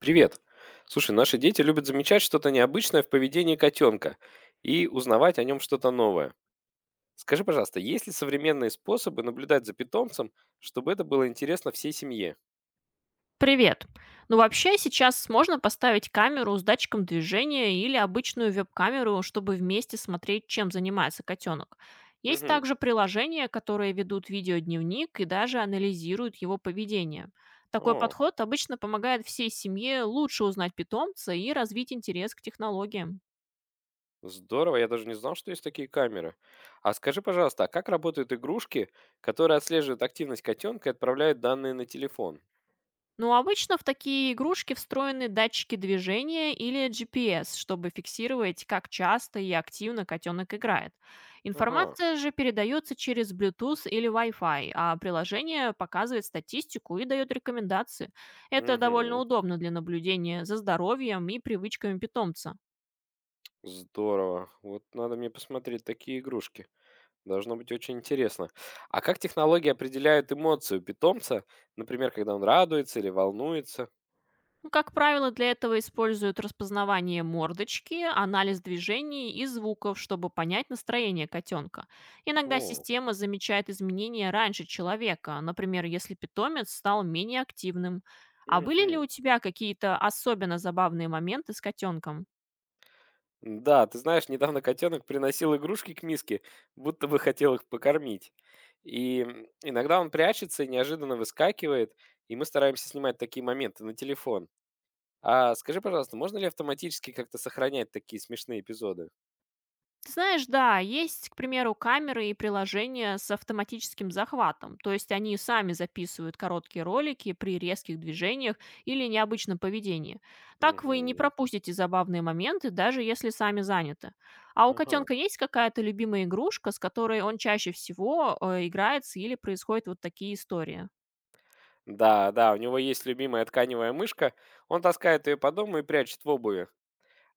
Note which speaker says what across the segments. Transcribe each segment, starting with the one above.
Speaker 1: Привет. Слушай, наши дети любят замечать что-то необычное в поведении котенка и узнавать о нем что-то новое. Скажи, пожалуйста, есть ли современные способы наблюдать за питомцем, чтобы это было интересно всей семье?
Speaker 2: Привет. Ну вообще сейчас можно поставить камеру с датчиком движения или обычную веб-камеру, чтобы вместе смотреть, чем занимается котенок. Есть
Speaker 1: Угу.
Speaker 2: также приложения, которые ведут видеодневник и даже анализируют его поведение. Такой
Speaker 1: О,
Speaker 2: подход обычно помогает всей семье лучше узнать питомца и развить интерес к технологиям.
Speaker 1: здорово, я даже не знал, что есть такие камеры. А скажи, пожалуйста, а как работают игрушки, которые отслеживают активность котенка и отправляют данные на телефон?
Speaker 2: Ну, обычно в такие игрушки встроены датчики движения или GPS, чтобы фиксировать, как часто и активно котенок играет.
Speaker 1: Ага.
Speaker 2: Информация же передается через Bluetooth или Wi-Fi, а приложение показывает статистику и дает рекомендации. Это довольно
Speaker 1: Угу.
Speaker 2: удобно для наблюдения за здоровьем и привычками питомца.
Speaker 1: Здорово. Вот надо мне посмотреть такие игрушки. Должно быть очень интересно. А как технологии определяют эмоцию питомца, например, когда он радуется или волнуется?
Speaker 2: Ну, как правило, для этого используют распознавание мордочки, анализ движений и звуков, чтобы понять настроение котенка. Иногда
Speaker 1: О,
Speaker 2: система замечает изменения раньше человека, например, если питомец стал менее активным. А были ли
Speaker 1: мгм.
Speaker 2: у тебя какие-то особенно забавные моменты с котенком?
Speaker 1: Да, ты знаешь, недавно котенок приносил игрушки к миске, будто бы хотел их покормить. Иногда он прячется и неожиданно выскакивает, и мы стараемся снимать такие моменты на телефон. А скажи, пожалуйста, можно ли автоматически как-то сохранять такие смешные эпизоды?
Speaker 2: Ты знаешь, да, есть, к примеру, камеры и приложения с автоматическим захватом, то есть они сами записывают короткие ролики при резких движениях или необычном поведении. Так вы не
Speaker 1: Угу.
Speaker 2: пропустите забавные моменты, даже если сами заняты. А у
Speaker 1: Ага.
Speaker 2: котенка есть какая-то любимая игрушка, с которой он чаще всего играется или происходят вот такие истории?
Speaker 1: Да, да, у него есть любимая тканевая мышка. Он таскает ее по дому и прячет в обуви.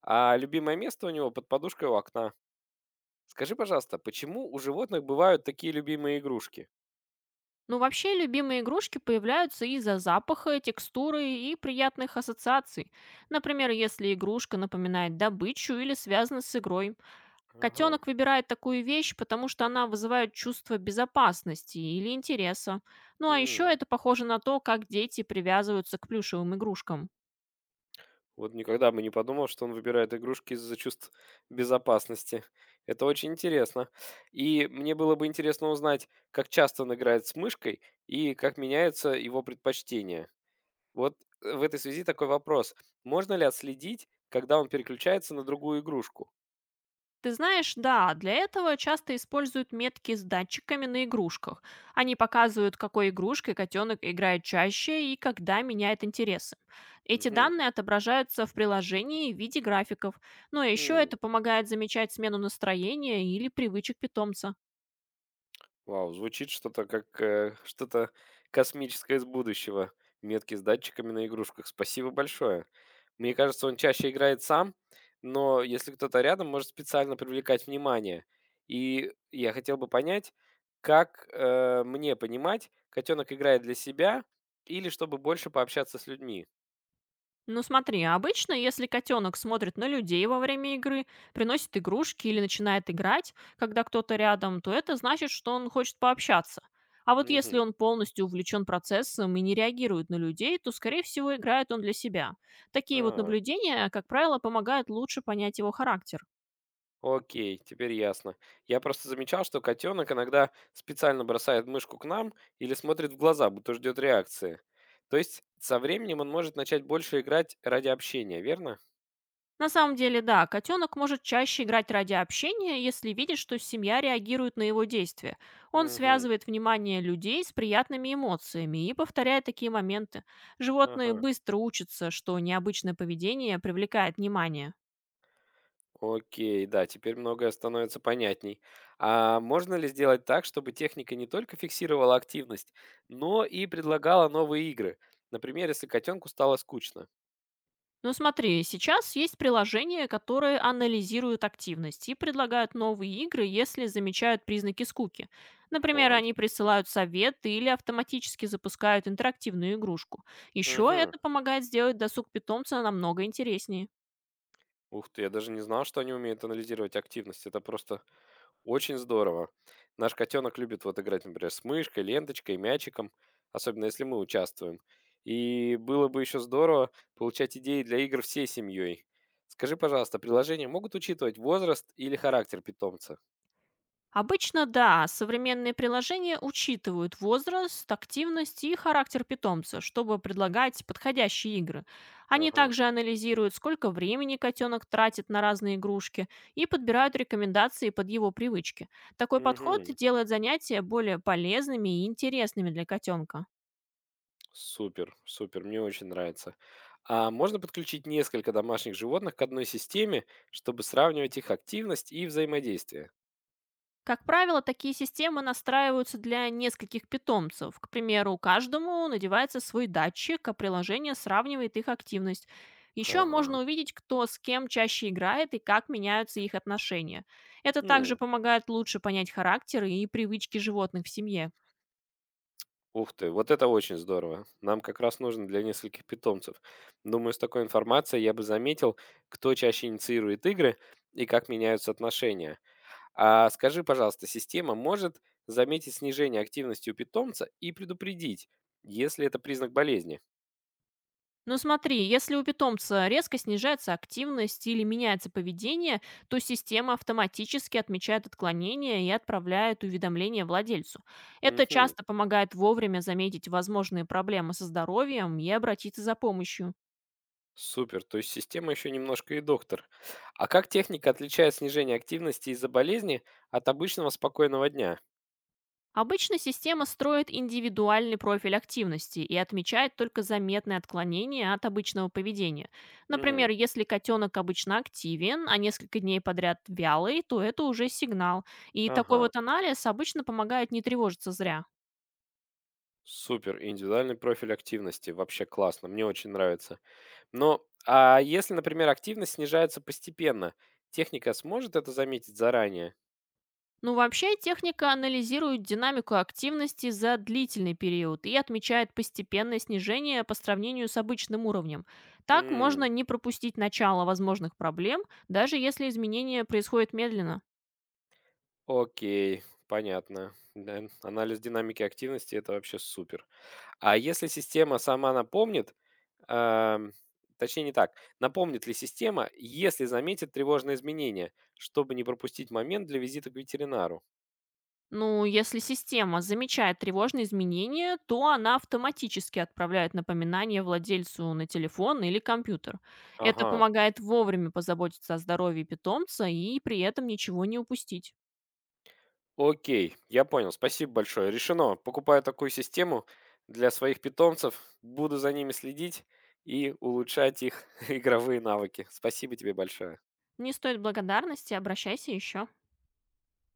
Speaker 1: А любимое место у него под подушкой у окна. Скажи, пожалуйста, почему у животных бывают такие любимые игрушки?
Speaker 2: Но вообще любимые игрушки появляются из-за запаха, текстуры и приятных ассоциаций. Например, если игрушка напоминает добычу или связана с игрой.
Speaker 1: Ага.
Speaker 2: Котенок выбирает такую вещь, потому что она вызывает чувство безопасности или интереса. Ну а еще
Speaker 1: м,
Speaker 2: это похоже на то, как дети привязываются к плюшевым игрушкам.
Speaker 1: Вот никогда бы не подумал, что он выбирает игрушки из-за чувств безопасности. Это очень интересно. И мне было бы интересно узнать, как часто он играет с мышкой и как меняются его предпочтения. Вот в этой связи такой вопрос: можно ли отследить, когда он переключается на другую игрушку?
Speaker 2: Ты знаешь, да, для этого часто используют метки с датчиками на игрушках. Они показывают, какой игрушкой котенок играет чаще и когда меняет интересы. Эти
Speaker 1: Мгм.
Speaker 2: данные отображаются в приложении в виде графиков. Но еще
Speaker 1: М.
Speaker 2: это помогает замечать смену настроения или привычек питомца.
Speaker 1: Вау, звучит что-то как, что-то космическое из будущего. Метки с датчиками на игрушках. Спасибо большое. Мне кажется, он чаще играет сам, но если кто-то рядом, может специально привлекать внимание. И я хотел бы понять, как, мне понимать, котенок играет для себя или чтобы больше пообщаться с людьми?
Speaker 2: Ну смотри, обычно, если котенок смотрит на людей во время игры, приносит игрушки или начинает играть, когда кто-то рядом, то это значит, что он хочет пообщаться. А вот если
Speaker 1: Мгм.
Speaker 2: он полностью увлечен процессом и не реагирует на людей, то, скорее всего, играет он для себя. Такие вот
Speaker 1: А.
Speaker 2: наблюдения, как правило, помогают лучше понять его характер.
Speaker 1: Окей, теперь ясно. Я просто замечал, что котенок иногда специально бросает мышку к нам или смотрит в глаза, будто ждет реакции. То есть со временем он может начать больше играть ради общения, верно?
Speaker 2: На самом деле, да, котенок может чаще играть ради общения, если видит, что семья реагирует на его действия. Он
Speaker 1: Угу.
Speaker 2: связывает внимание людей с приятными эмоциями и повторяет такие моменты. Животные
Speaker 1: Ага.
Speaker 2: быстро учатся, что необычное поведение привлекает внимание.
Speaker 1: Окей, да, теперь многое становится понятней. А можно ли сделать так, чтобы техника не только фиксировала активность, но и предлагала новые игры? Например, если котенку стало скучно.
Speaker 2: Ну смотри, сейчас есть приложения, которые анализируют активность и предлагают новые игры, если замечают признаки скуки. Например,
Speaker 1: Вот.
Speaker 2: они присылают совет или автоматически запускают интерактивную игрушку. Еще
Speaker 1: Угу.
Speaker 2: это помогает сделать досуг питомца намного интереснее.
Speaker 1: Ух ты, я даже не знал, что они умеют анализировать активность. Это просто очень здорово. Наш котенок любит вот играть, например, с мышкой, ленточкой, мячиком, особенно если мы участвуем. И было бы еще здорово получать идеи для игр всей семьей. Скажи, пожалуйста, приложения могут учитывать возраст или характер питомца?
Speaker 2: Обычно да, современные приложения учитывают возраст, активность и характер питомца, чтобы предлагать подходящие игры. Они
Speaker 1: Ага.
Speaker 2: также анализируют, сколько времени котенок тратит на разные игрушки и подбирают рекомендации под его привычки. Такой подход
Speaker 1: Мгм.
Speaker 2: делает занятия более полезными и интересными для котенка.
Speaker 1: Супер, супер, мне очень нравится. А можно подключить несколько домашних животных к одной системе, чтобы сравнивать их активность и взаимодействие?
Speaker 2: Как правило, такие системы настраиваются для нескольких питомцев. К примеру, каждому надевается свой датчик, а приложение сравнивает их активность. Еще
Speaker 1: Ага.
Speaker 2: можно увидеть, кто с кем чаще играет и как меняются их отношения. Это также
Speaker 1: М.
Speaker 2: помогает лучше понять характер и привычки животных в семье.
Speaker 1: Ух ты, вот это очень здорово. Нам как раз нужно для нескольких питомцев. Думаю, с такой информацией я бы заметил, кто чаще инициирует игры и как меняются отношения. А скажи, пожалуйста, система может заметить снижение активности у питомца и предупредить, если это признак болезни?
Speaker 2: Ну смотри, если у питомца резко снижается активность или меняется поведение, то система автоматически отмечает отклонения и отправляет уведомление владельцу. Это
Speaker 1: Угу.
Speaker 2: часто помогает вовремя заметить возможные проблемы со здоровьем и обратиться за помощью.
Speaker 1: Супер, то есть система еще немножко и доктор. А как техника отличает снижение активности из-за болезни от обычного спокойного дня?
Speaker 2: Обычно система строит индивидуальный профиль активности и отмечает только заметные отклонения от обычного поведения.
Speaker 1: Мгм.
Speaker 2: Например, если котенок обычно активен, а несколько дней подряд вялый, то это уже сигнал. И такой
Speaker 1: Ага.
Speaker 2: вот анализ обычно помогает не тревожиться зря.
Speaker 1: Супер, индивидуальный профиль активности, вообще классно, мне очень нравится. Но, а если, например, активность снижается постепенно, техника сможет это заметить заранее?
Speaker 2: Ну, вообще, техника анализирует динамику активности за длительный период и отмечает постепенное снижение по сравнению с обычным уровнем. Так
Speaker 1: М,
Speaker 2: можно не пропустить начало возможных проблем, даже если изменения происходят медленно.
Speaker 1: окей, понятно. Да, анализ динамики активности– это вообще супер. А если система сама напомнит, ам, точнее не так, напомнит ли система, если заметит тревожные изменения, чтобы не пропустить момент для визита к ветеринару?
Speaker 2: Ну, если система замечает тревожные изменения, то она автоматически отправляет напоминание владельцу на телефон или компьютер. Это
Speaker 1: Ага.
Speaker 2: помогает вовремя позаботиться о здоровье питомца и при этом ничего не упустить.
Speaker 1: Окей, я понял. Спасибо большое. Решено. Покупаю такую систему для своих питомцев, буду за ними следить и улучшать их игровые навыки. Спасибо тебе большое.
Speaker 2: Не стоит благодарности, обращайся еще.